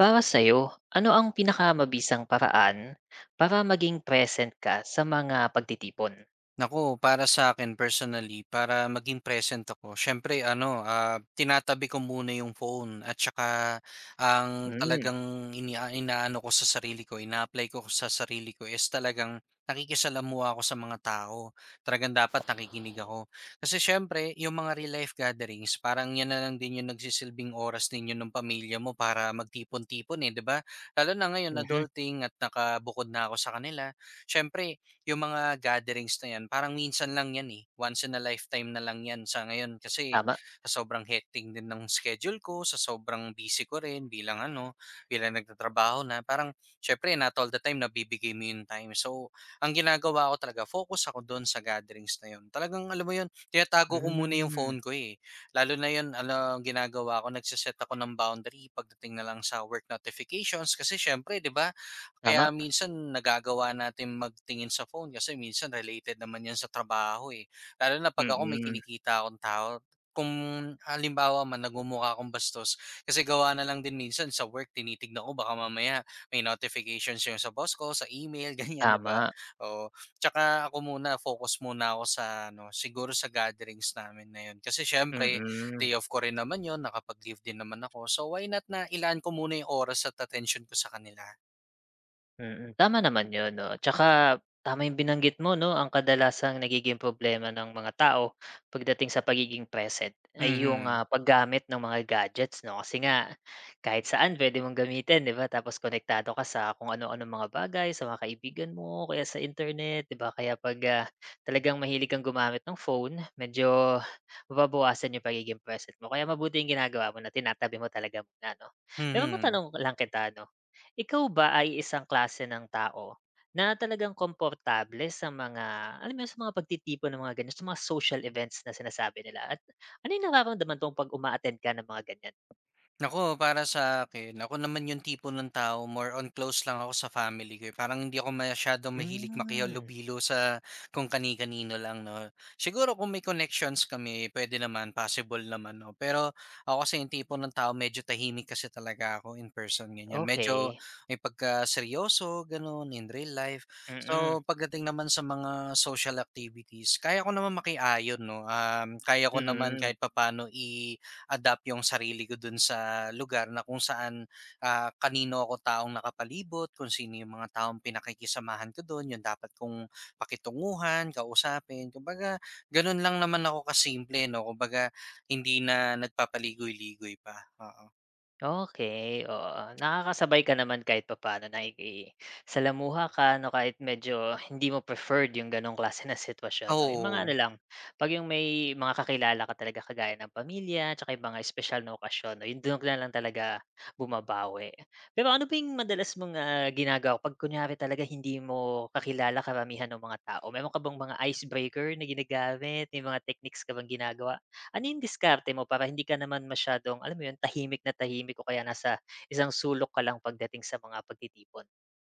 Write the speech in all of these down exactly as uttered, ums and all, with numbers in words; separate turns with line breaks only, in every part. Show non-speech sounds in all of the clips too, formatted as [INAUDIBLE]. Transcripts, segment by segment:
Para sa'yo, ano ang pinakamabisang paraan para maging present ka sa mga pagtitipon?
nako para sa akin personally, para maging present ako siyempre ano, ah, tinatabi ko muna yung phone at tsaka ang
Hmm.
talagang inia inaano ko sa sarili ko, ina-apply ko sa sarili ko is talagang nakikisalamuha ako sa mga tao. Talagang dapat nakikinig ako. Kasi siyempre yung mga real life gatherings parang yan na lang din yung nagsisilbing oras ninyo ng pamilya mo para magtipon-tipon, eh, 'di ba? Lalo na ngayon
Mhm.
adulting at nakabukod na ako sa kanila. Siyempre yung mga gatherings na 'yan parang minsan lang 'yan, eh, once in a lifetime na lang 'yan sa ngayon kasi
Tama.
sa sobrang hectic din ng schedule ko, sa sobrang busy ko rin bilang ano, bilang nagtatrabaho na parang siyempre not all the time nabibigay mo yung time. So, ang ginagawa ko talaga focus ako do'n sa gatherings na 'yun. Talagang alam mo 'yun, tinatago ko muna yung
Hmm,
phone ko, eh. Lalo na 'yun alam ginagawa ko nagse-set ako ng boundary pagdating na lang sa work notifications kasi siyempre 'di ba
tama.
kaya minsan nagagawa natin magtingin sa phone kasi minsan related naman 'yan sa trabaho, eh. Lalo na 'pag ako may
Mm,
kinikita akong tao, kung halimbawa man na akong bastos kasi gawa na lang din minsan sa work tinitignan ko baka mamaya may notifications yung sa boss ko, sa email, [LAUGHS] ganyan, 'di ba?
tama.
Oo, tsaka ako muna focus muna ako sa ano, siguro sa gatherings namin na 'yun kasi siyempre
Mm.
day off ko rin naman 'yun, nakapag-leave din naman ako. So, why not na ilaan ko muna yung oras at atensyon ko sa kanila.
Mm, tama naman 'yun 'no, tsaka tama 'yung binanggit mo 'no, ang kadalasang nagiging problema ng mga tao pagdating sa pagiging present ay 'yung, ah,
Mhm,
paggamit ng mga gadgets 'no, kasi nga kahit saan pwede mong gamitin 'di ba, tapos konektado ka sa kung ano ano mga bagay, sa mga kaibigan mo kaya sa internet 'di ba, kaya 'pag, ah, talagang mahilig kang gumamit ng phone medyo mababawasan 'yung pagiging present mo, kaya mabuti 'yung ginagawa mo na tinatabi mo talaga muna 'no. Pero
mhm.
matanong lang kita 'no, ikaw ba ay isang klase ng tao na talagang komportable sa mga, alam mo yun, sa mga pagtitipon ng mga ganyan, sa mga social events na sinasabi nila? At ano yung nararamdaman mo 'pag uma-attend ka ng mga ganyan?
Ako para sa akin, ako naman yung tipo ng tao more on close lang ako sa family ko, eh. Parang hindi ako masyadong mahilig
Hmm,
makihalubilo sa kung kani-kanino lang 'no. Siguro kung may connections kami pwede naman, possible naman 'no. Pero ako kasi yung tipo ng tao medyo tahimik kasi talaga ako in person, ganyan. Medyo
okey.
may pagkaseryoso gano'n in real life.
Mm,
So, pagdating naman sa mga social activities, kaya ko naman makiayon 'no. Um, kaya ko naman
mm.
kahit papaano i adapt yung sarili ko dun sa lugar na kung saan, ah, kanino ako taong nakapalibot, kung sino yung mga taong pinakikisamahan ko dun, yung dapat kong pakitunguhan, kausapin. Kumbaga ganun lang naman ako kasimple 'no, kumbaga hindi na nagpapaligoy-ligoy pa, oo.
Okey, oo. Nakakasabay ka naman kahit papaano, nakikisalamuha ka 'no, kahit medyo hindi mo preferred yung gano'ng klase ng sitwasyon 'no. Yung mga ano
Oo.
lang, 'pag yung may mga kakilala ka talaga kagaya ng pamilya tsaka yung mga espesyal na okasyon 'no, yun dun ka lang talaga bumabawi. Pero ano ba yung madalas mong, ah, ginagawa 'pag kunyari talaga hindi mo kakilala karamihan ng mga tao? Meron ka bang mga icebreaker na ginagamit, may mga techniques ka bang ginagawa? Ano yung diskarte mo para hindi ka naman masyadong, alam mo yun, tahimik na tahimik o kaya nasa isang sulok ka lang pagdating sa mga pagtitipon?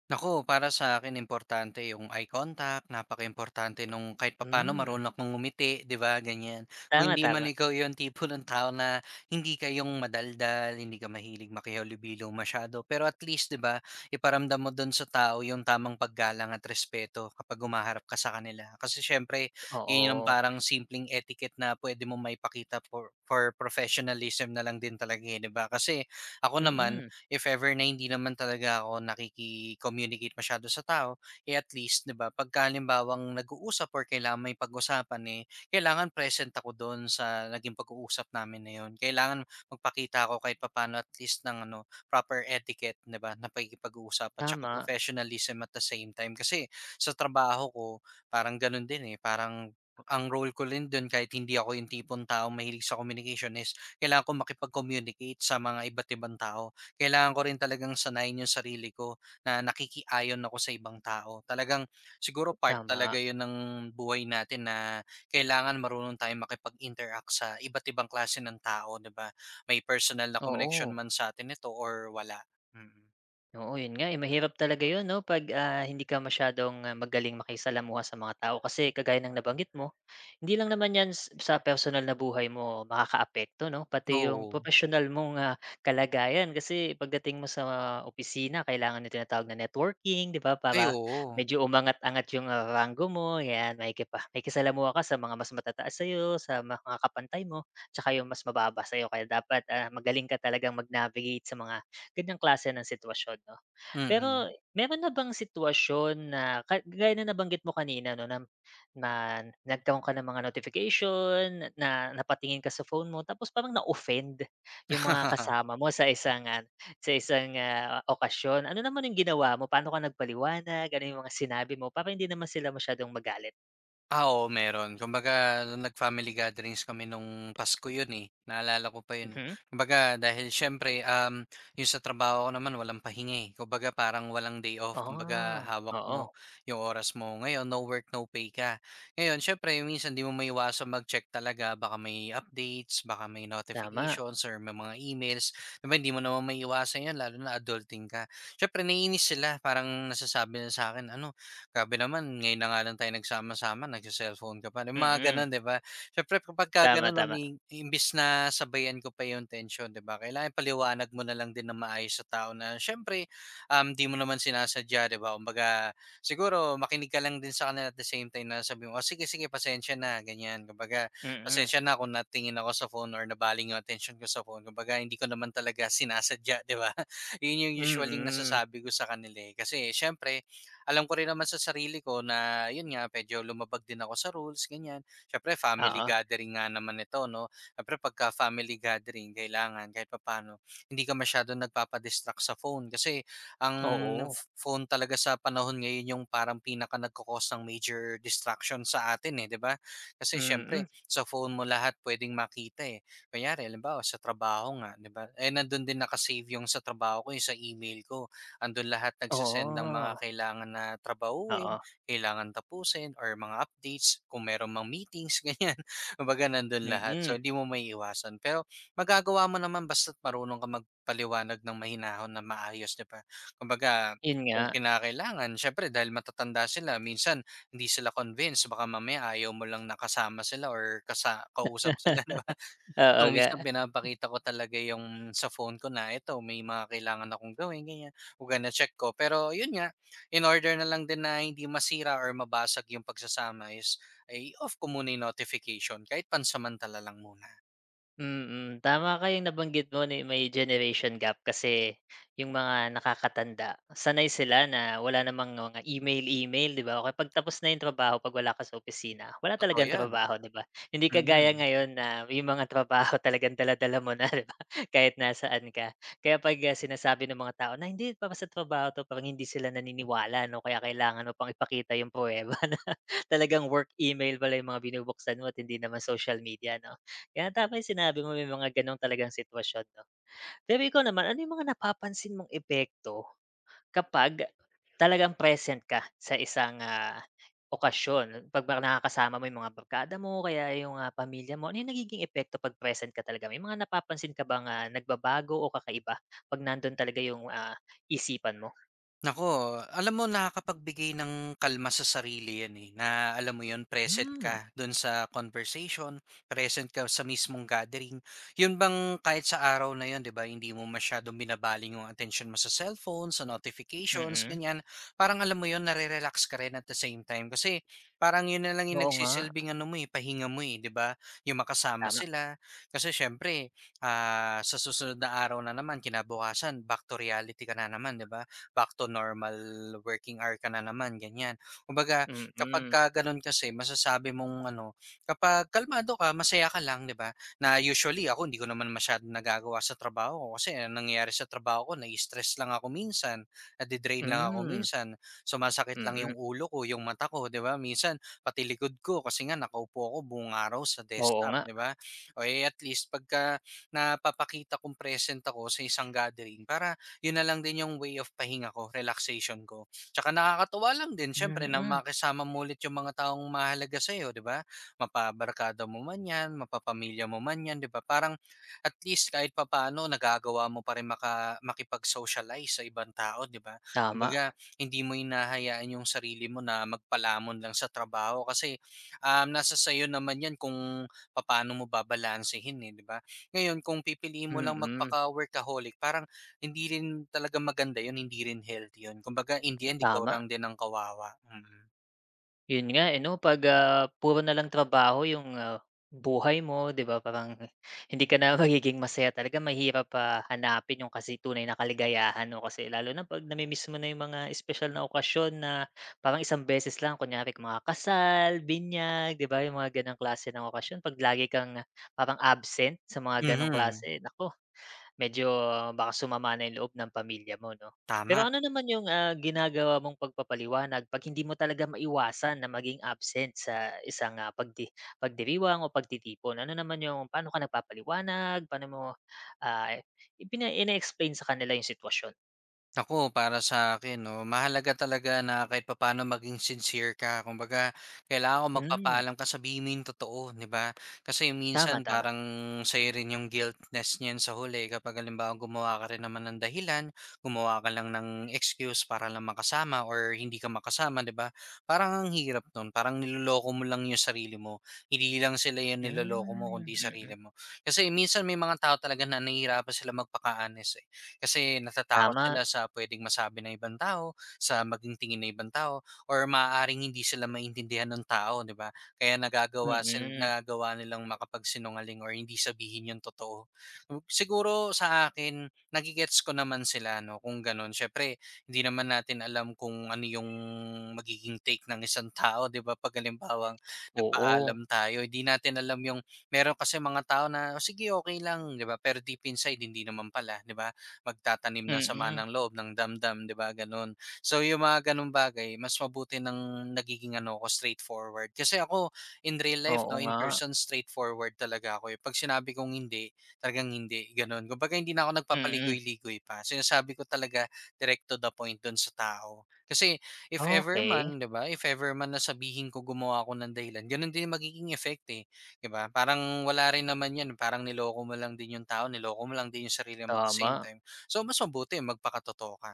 nako para sa akin importante yung eye contact, importante nung kahit papaano
Hmm,
marunong kang ngumiti, 'di ba, ganyan. Kung
tama,
hindi man
tama.
ikaw yung tipo ng tao na hindi ka yung madaldal, hindi ka mahilig makihalubilo masyado, pero at least, 'di ba, iparamdam mo dun sa tao yung tamang paggalang at respeto kapag humaharap ka sa kanila. Kasi siyempre yun yung
Oo,
parang simpleng etiquette na pwede mo maipakita for for professionalism na lang din talaga, eh, 'di ba? Kasi ako naman
mm.
if ever na hindi naman talaga ako nakiki-communicate masyado sa tao, eh at least, 'di ba, pagka halimbawang nag-uusap or kailangan may pag-usapan, eh, kailangan present ako doon sa naging pag-uusap namin na yun. Kailangan magpakita ako kahit papaano at least ng ano, proper etiquette, 'di ba, na pakikipag-uusap at saka
Tama,
professionalism at the same time. Kasi sa trabaho ko, parang ganun din eh, parang ang role ko rin doon kahit hindi ako yung tipong tao mahilig sa communication is kailangan ko makipag-communicate sa mga iba't ibang tao kailangan ko rin talagang sanayin yung sarili ko na nakikiayon ako sa ibang tao. Talagang siguro part
tama.
talaga yun ng buhay natin na kailangan marunong tayong makipag-interact sa iba't ibang klase ng tao, 'di ba? May personal na connection
Oo.
man sa atin ito or wala. Mm.
Oo, yun nga, eh, mahirap talaga yun 'no, 'pag, ah, hindi ka masyadong, ah, magaling makisalamuha sa mga tao kasi kagaya ng nabanggit mo, hindi lang naman 'yan s sa personal na buhay mo makakaapekto 'no, pati yung
Oo.
professional mong, ah, kalagayan. Kasi pagdating mo sa opisina kailangan yung tinatawag na networking, 'di ba,
Ay,
para
oo.
medyo umangat-angat yung, ah, ranggo mo, 'yan. Makikipa makikisalamuha ka sa mga mas matataas sa'yo, sa mga kapantay mo, tsaka yung mas mababa sa'yo. Kaya dapat, ah, magaling ka talagang mag-navigate sa mga ganyang klase ng sitwasyon 'no.
Mm.
Pero meron na bang sitwasyon na ka gaya ng nabanggit mo kanina 'no, na na nagkaroon ka ng mga notification, na napatingin ka sa phone mo tapos parang na-offend yung mga
[LAUGHS]
kasama mo sa isang, ah, sa isang, ah, okasyon. Ano naman yung ginawa mo? Paano ka nagpaliwanag? Ano yung mga sinabi mo para hindi naman sila masyadong magalit?
Ah, oo, meron. Kumbaga nung nag-family gatherings kami nung Pasko yun, eh, naalala ko pa yun, eh.
Mhm.
Kumbaga dahil siyempre, um, yung sa trabaho ko naman walang pahinga, eh. Kumbaga parang walang day off, kumbaga
Ah,
hawak mo
oo,
yung oras mo. Ngayon no work, no pay ka. Ngayon siyempre minsan 'di mo maiwasan mag-check talaga baka may updates, baka may
tama.
notifications or may mga emails. 'Di hindi mo naman maiwasan 'yan lalo na adulting ka. Siyempre naiinis sila, parang nasasabi na sa akin, "Ano, grabe naman ngayon na nga lang tayo nagsama-sama nagse-cellphone ka pa," yung mga
Mm,
gano'n, 'di ba? Siyempre kapagka
tama,
gano'n
tama.
umi imbis na sabayan ko pa yung tension, 'di ba, kailangan ipaliwanag mo na lang din ng maayos sa tao na siyempre, um, 'di mo naman sinasadya, 'di ba? Kumbaga siguro makinig ka lang din sa kanila at the same time na sabi mo, "Oh, sige, sige, pasensya na," ganyan. Kumbaga,
Mm,
"Pasensya na kung natingin ako sa phone or nabaling yung attention ko sa phone, kumbaga hindi ko naman talaga sinasadya," 'di ba? [LAUGHS] Yun yung usually
mm.
nasasabi ko sa kanila, eh. Kasi siyempre, alam ko rin naman sa sarili ko na yun nga medyo lumabag din ako sa rules ganyan. Siyempre family
Oo,
gathering nga naman ito 'no. Siyempre pagka family gathering kailangan kahit papaano hindi ka masyadong nagpapadistract sa phone kasi ang
oo.
f- phone talaga sa panahon ngayon yung parang pinaka nagko ng major distraction sa atin, eh, 'di ba? Kasi
Mm,
siyempre sa phone mo lahat pwedeng makita eh. Kunyari alam ba sa trabaho nga, 'di ba? Eh nandun din nakasave yung sa trabaho ko, yung sa email ko andun lahat nagse-send ng mga
oo,
kailangan na trabahuhin,
oo,
kailangan tapusin or mga updates kung meron mang meetings [LAUGHS] ganyan. Kumbaga nandun lahat.
mm,
So hindi mo may iwasan. Pero magagawa mo naman basta't marunong ka magpaliwanag ng mahinahon na maayos, 'di ba? Kumbaga
yun
kung
nga.
kinakailangan, syempre dahil matatanda sila, minsan hindi sila convinced, baka mamaya ayaw mo lang nakasama sila or kasa kausap sila, [LAUGHS]
[LAUGHS] Oo
So,
nga,
minsan pinapakita ko talaga yung sa phone ko na ito may mga kailangan akong gawin ganyan, o kaya check ko. Pero yun nga, in order na lang din na hindi masira or mabasag yung pagsasama is ay off ko muna yung notification kahit pansamantala lang muna.
mm, tama ka yung nabanggit mo na may generation gap kasi yung mga nakakatanda sanay sila na wala namang mga email-email, 'di ba? O kaya 'pag tapos na yung trabaho 'pag wala ka sa opisina, wala
Totoo
talagang
yan,
trabaho, 'di ba? Hindi kagaya
mm.
ngayon na yung mga trabaho [LAUGHS] talagang dala-dala mo na, [LAUGHS] 'di ba? Kahit nasaan ka. Kaya 'pag, ah, sinasabi ng mga tao na, "Hindi, para sa trabaho 'to," parang hindi sila naniniwala 'no, kaya kailangan mo pang ipakita yung pruweba. [LAUGHS] Talagang work email pala yung mga binubuksan mo at hindi naman social media 'no? Kaya tama yung sinabi mo may mga gano'ng talagang sitwasyon 'no. Pero ikaw naman ano yung mga napapansin mong epekto kapag talagang present ka sa isang, ah, okasyon? 'Pag ba nakakasama mo yung mga barkada mo kaya yung, ah, pamilya mo, ano yung nagiging epekto 'pag present ka talaga? May mga napapansin ka bang, ah, nagbabago o kakaiba 'pag nandun talaga yung, ah, isipan mo?
nako alam mo nakakapagbigay ng kalma sa sarili 'yan, eh, na alam mo 'yun present
Hmm, mm.
ka do'n sa conversation, present ka sa mismong gathering. 'Yun bang kahit sa araw na 'yun 'di ba hindi mo masyadong binabaling yung attention mo sa cellphone, sa notifications,
Mm-mm.
ganyan. Parang alam mo 'yun nare-relax ka rin at the same time kasi parang 'yun na lang yung
Oo nga,
nagsisilbing ano mo, eh, pahinga mo, eh, 'di ba? Yung makasama
tama.
sila. Kasi siyempre, ah, sa susunod na araw na naman kinabukasan back to reality ka na naman, 'di ba? Back to normal working hour ka na naman, ganyan. Kumbaga,
Mm-mm.
kapagka gano'n kasi masasabi mong ano, kapag kalmado ka, masaya ka lang, 'di ba? Na usually ako hindi ko naman masyadong nagagawa sa trabaho ko kasi ang nangyayari sa trabaho ko, nai-stress lang ako minsan,
Mm,
nade-drain lang ako
hmm.
minsan, sumasakit lang
Mm,
yung ulo ko, yung mata ko, 'di ba? Minsan pati likod ko kasi nga nakaupo ako buong araw sa
oo
desktop,
nga.
'di ba? O eh, at least pagka napapakita kong present ako sa isang gathering para yun na lang din yung way of pahinga ko, relaxation ko. Tsaka nakakatuwa lang din syempre na
Mm,
makasama mo ulit yung mga taong mahalaga sa'yo, 'di ba? Mapabarkada mo man 'yan, mapapamilya mo man 'yan, 'di ba? Parang at least kahit papaano nagagawa mo pa rin maka, makipag-socialize sa ibang tao, 'di ba?
tama.
Kumbaga, hindi mo hinahayaan yung sarili mo na magpalamon lang sa trabaho kasi um, nasa sayo naman 'yan kung paano mo babalansehin, eh, 'di ba? Ngayon, kung pipiliin mo lang
Mm,
magpaka-workaholic, parang hindi rin talaga maganda yun, hindi rin healthy yun. Kumbaga in the end ikaw
tama.
lang din ang kawawa, mm.
Yun nga eh 'no, 'pag, ah, puro na lang trabaho yung, ah, buhay mo 'di ba, parang [LAUGHS] hindi ka na magiging masaya talaga mahirap, ah, hanapin yung kasi tunay na kaligayahan 'no, kasi lalo na 'pag nami-miss mo na yung mga espesyal na okasyon na parang isang beses lang kunyari mga kasal, binyag 'di ba, yung mga gano'ng klase ng okasyon 'pag lagi kang parang absent sa mga gano'ng
Mhm,
klase, naku. Medyo baka sumama na yung loob ng pamilya mo 'no? Pero
tama.
ano naman yung, ah, ginagawa mong pagpapaliwanag 'pag hindi mo talaga maiwasan na maging absent sa isang, ah, pagdi pagdiriwang o pagtitipon? Ano naman yung paano ka nagpapaliwanag, paano mo, ah, ipina ine-explain sa kanila yung sitwasyon?
Naku, para sa akin 'no, mahalaga talaga na kahit papaano maging sincere ka. Kumbaga, kailangan kung
Hmm,
magpapaalam ka, sabihin mo yung totoo, 'di ba? Kasi
tama,
minsan
tama.
parang sa'yo rin yung guiltness niyan sa huli kapag halimbawa gumawa ka rin naman ng dahilan, gumawa ka lang ng excuse para lang makasama or hindi ka makasama, 'di ba? Parang ang hirap nun, parang niloloko mo lang yung sarili mo. Hindi lang sila yung
Hmm,
niloloko mo kundi
mm.
sarili mo. Kasi minsan may mga tao talaga na nahihirapan sila magpaka-honest, eh. Kasi natatakot
Tama,
sila sa pwedeng masabi ng ibang tao, sa maging tingin ng ibang tao, or maaaring hindi sila maintindihan ng tao, 'di ba? Kaya nagagawa sil
mm.
nagagawa nilang makapagsinungaling or hindi sabihin yung totoo. Siguro sa akin, nagigets ko naman sila 'no, kung gano'n. Siyempre hindi naman natin alam kung ano yung magiging take ng isang tao, 'di ba? 'Pag halimbawang
Oo,
nagpaalam tayo, hindi natin alam yung meron kasi mga tao na, "Oh, sige, okay lang," 'di ba? Pero deep inside hindi naman pala, 'di ba? Magtatanim ng sama
mm.
ng loob, ng damdam, 'di ba, gano'n. So, yung mga gano'ng bagay mas mabuti ng nagiging ano ko, straightforward. Kasi ako in real life
Oo
'no, in
nga,
person straightforward talaga ako, eh. 'Pag sinabi kong hindi, talagang hindi, gano'n. Kumbaga hindi na ako
mm.
nagpapaligoy-ligoy pa, sinasabi ko talaga direct to the point do'n sa tao. Kasi if ever
Okey,
man, 'di ba, if ever man na sabihin ko gumawa ako ng dahilan, gano'n din ang magiging effect, eh, 'di ba? Parang wala rin naman 'yan, parang niloko mo lang din yung tao, niloko mo lang din yung sarili mo at the same
tama.
time. So mas mabuti magpakatotoo ka.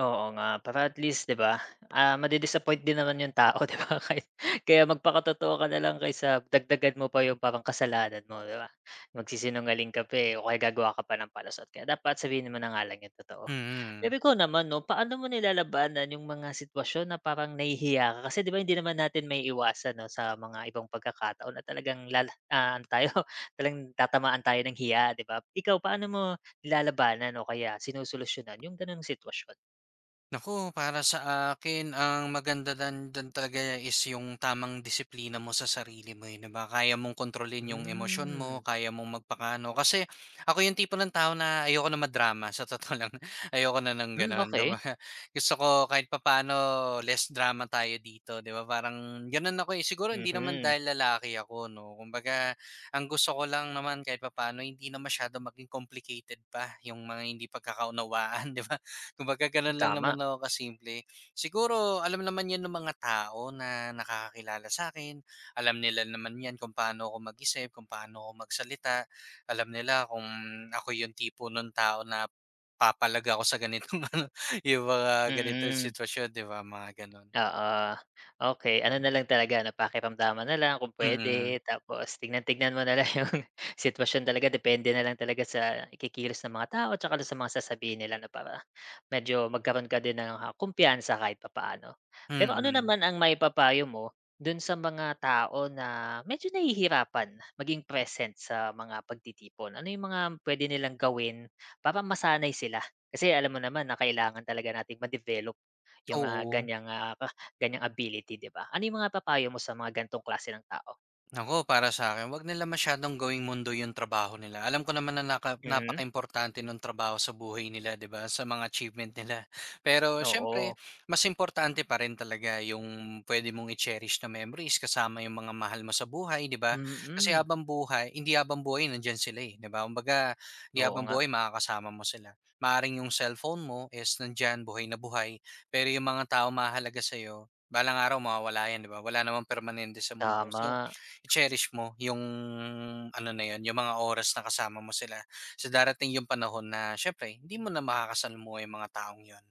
Oo nga, para at least 'di ba, ah, madi-disappoint din naman yung tao 'di ba [LAUGHS] kahit kaya magpakatotoo ka na lang kaysa dagdagan mo pa yung parang kasalanan mo 'di ba? Magsisinungaling ka pa, eh, o kaya gagawa ka pa ng palusot kaya dapat sabihin mo na nga lang yung totoo. Pero
Mm.
ikaw naman 'no, paano mo nilalabanan yung mga sitwasyon na parang nahihiya ka kasi 'di ba hindi naman natin may iwasan 'no sa mga ibang pagkakataon na talagang lala ah, ano tayo [LAUGHS] talagang tatamaan tayo ng hiya 'di ba? Ikaw paano mo nilalabanan o kaya sinusolusyunan yung gano'ng sitwasyon?
Naku, para sa akin ang maganda dan diyan talaga is yung tamang disiplina mo sa sarili mo, eh, 'di ba? Kaya mong kontrolin yung emosyon
Hmm.
mo, kaya mong magpakano. Kasi ako yung tipo ng tao na ayoko na madrama sa totoo lang. [LAUGHS] Ayoko na ng
Hmm,
gano'n,
okey.
kumbaga gusto ko kahit papaano less drama tayo dito, 'di ba? Parang gano'n ako, eh. Siguro hindi naman
Mhm,
dahil lalaki ako 'no. Kumbaga ang gusto ko lang naman kahit papaano hindi na masyado maging complicated pa yung mga hindi pagkakaunawaan, [LAUGHS] 'di ba? Kumbaga gano'n lang
tama,
naman ako kasimple. Siguro alam naman 'yan ng mga tao na nakakakilala sa'kin, alam nila naman 'yan kung paano ako mag-isip, kung paano ako magsalita. Alam nila kung ako yung tipo ng tao na papalaga ako sa ganitong [LAUGHS] ano, yung mga ganitong
mm.
sitwasyon, 'di ba, mga gano'n.
Oo, okey. Ano na lang talaga 'no, pakiramdaman na lang kung
Mm,
puwede, tapos tignan-tignan mo na lang yung [LAUGHS] sitwasyon talaga, depende na lang talaga sa ikikilos ng mga tao tsaka dun sa mga sasabihin nila 'no, para medyo magkaroon ka din ng, ah, kumpiyansa kahit papaano. Pero ano
mm.
naman ang maipapayo mo dun sa mga tao na medyo nahihirapan maging present sa mga pagtitipon? Ano yung mga puwede nilang gawin para masanay sila? Kasi alam mo naman na kailangan talaga nating ma-develop yung, ah,
Oo.
ganiyang, ah, ganiyang ability, 'di ba? Ano yung mga papayo mo sa mga gantong klase ng tao?
nako para sa akin 'wag nila masyadong gawing mundo yung trabaho nila. Alam ko naman na naka
Mhm,
napakaimportante nung trabaho sa buhay nila, 'di ba, sa mga achievement nila. Pero siyempre,
oo.
mas importante pa rin talaga yung pwede mong i-cherish na memories kasama yung mga mahal mo sa buhay, 'di ba? Kasi
Mm,
habang buhay hindi habang buhay nandiyan sila, eh, 'di ba? Kumbaga, hindi
oo
habang
nga,
buhay makakasama mo sila. Maaaring yung cellphone mo is nandiyan, buhay na buhay, pero yung mga tao mahalaga sa sa'yo, balang araw mawawala 'yan, 'di ba? Wala namang permanente sa mundo. So
tama.
i-cherish mo yung ano na yun, yung mga oras na kasama mo sila. So darating yung panahon na syempre, hindi mo na makakasalamuha yung mga taong yun.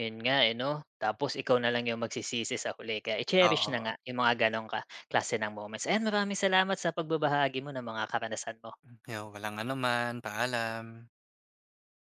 Yun nga, eh, 'no? Tapos ikaw na lang yung magsisisi sa huli kaya i-cherish na
Oo.
nga yung mga gano'ng ka klase ng moments. Ayan, maraming salamat sa pagbabahagi mo ng mga karanasan mo.
Yo, walang anuman, paalam.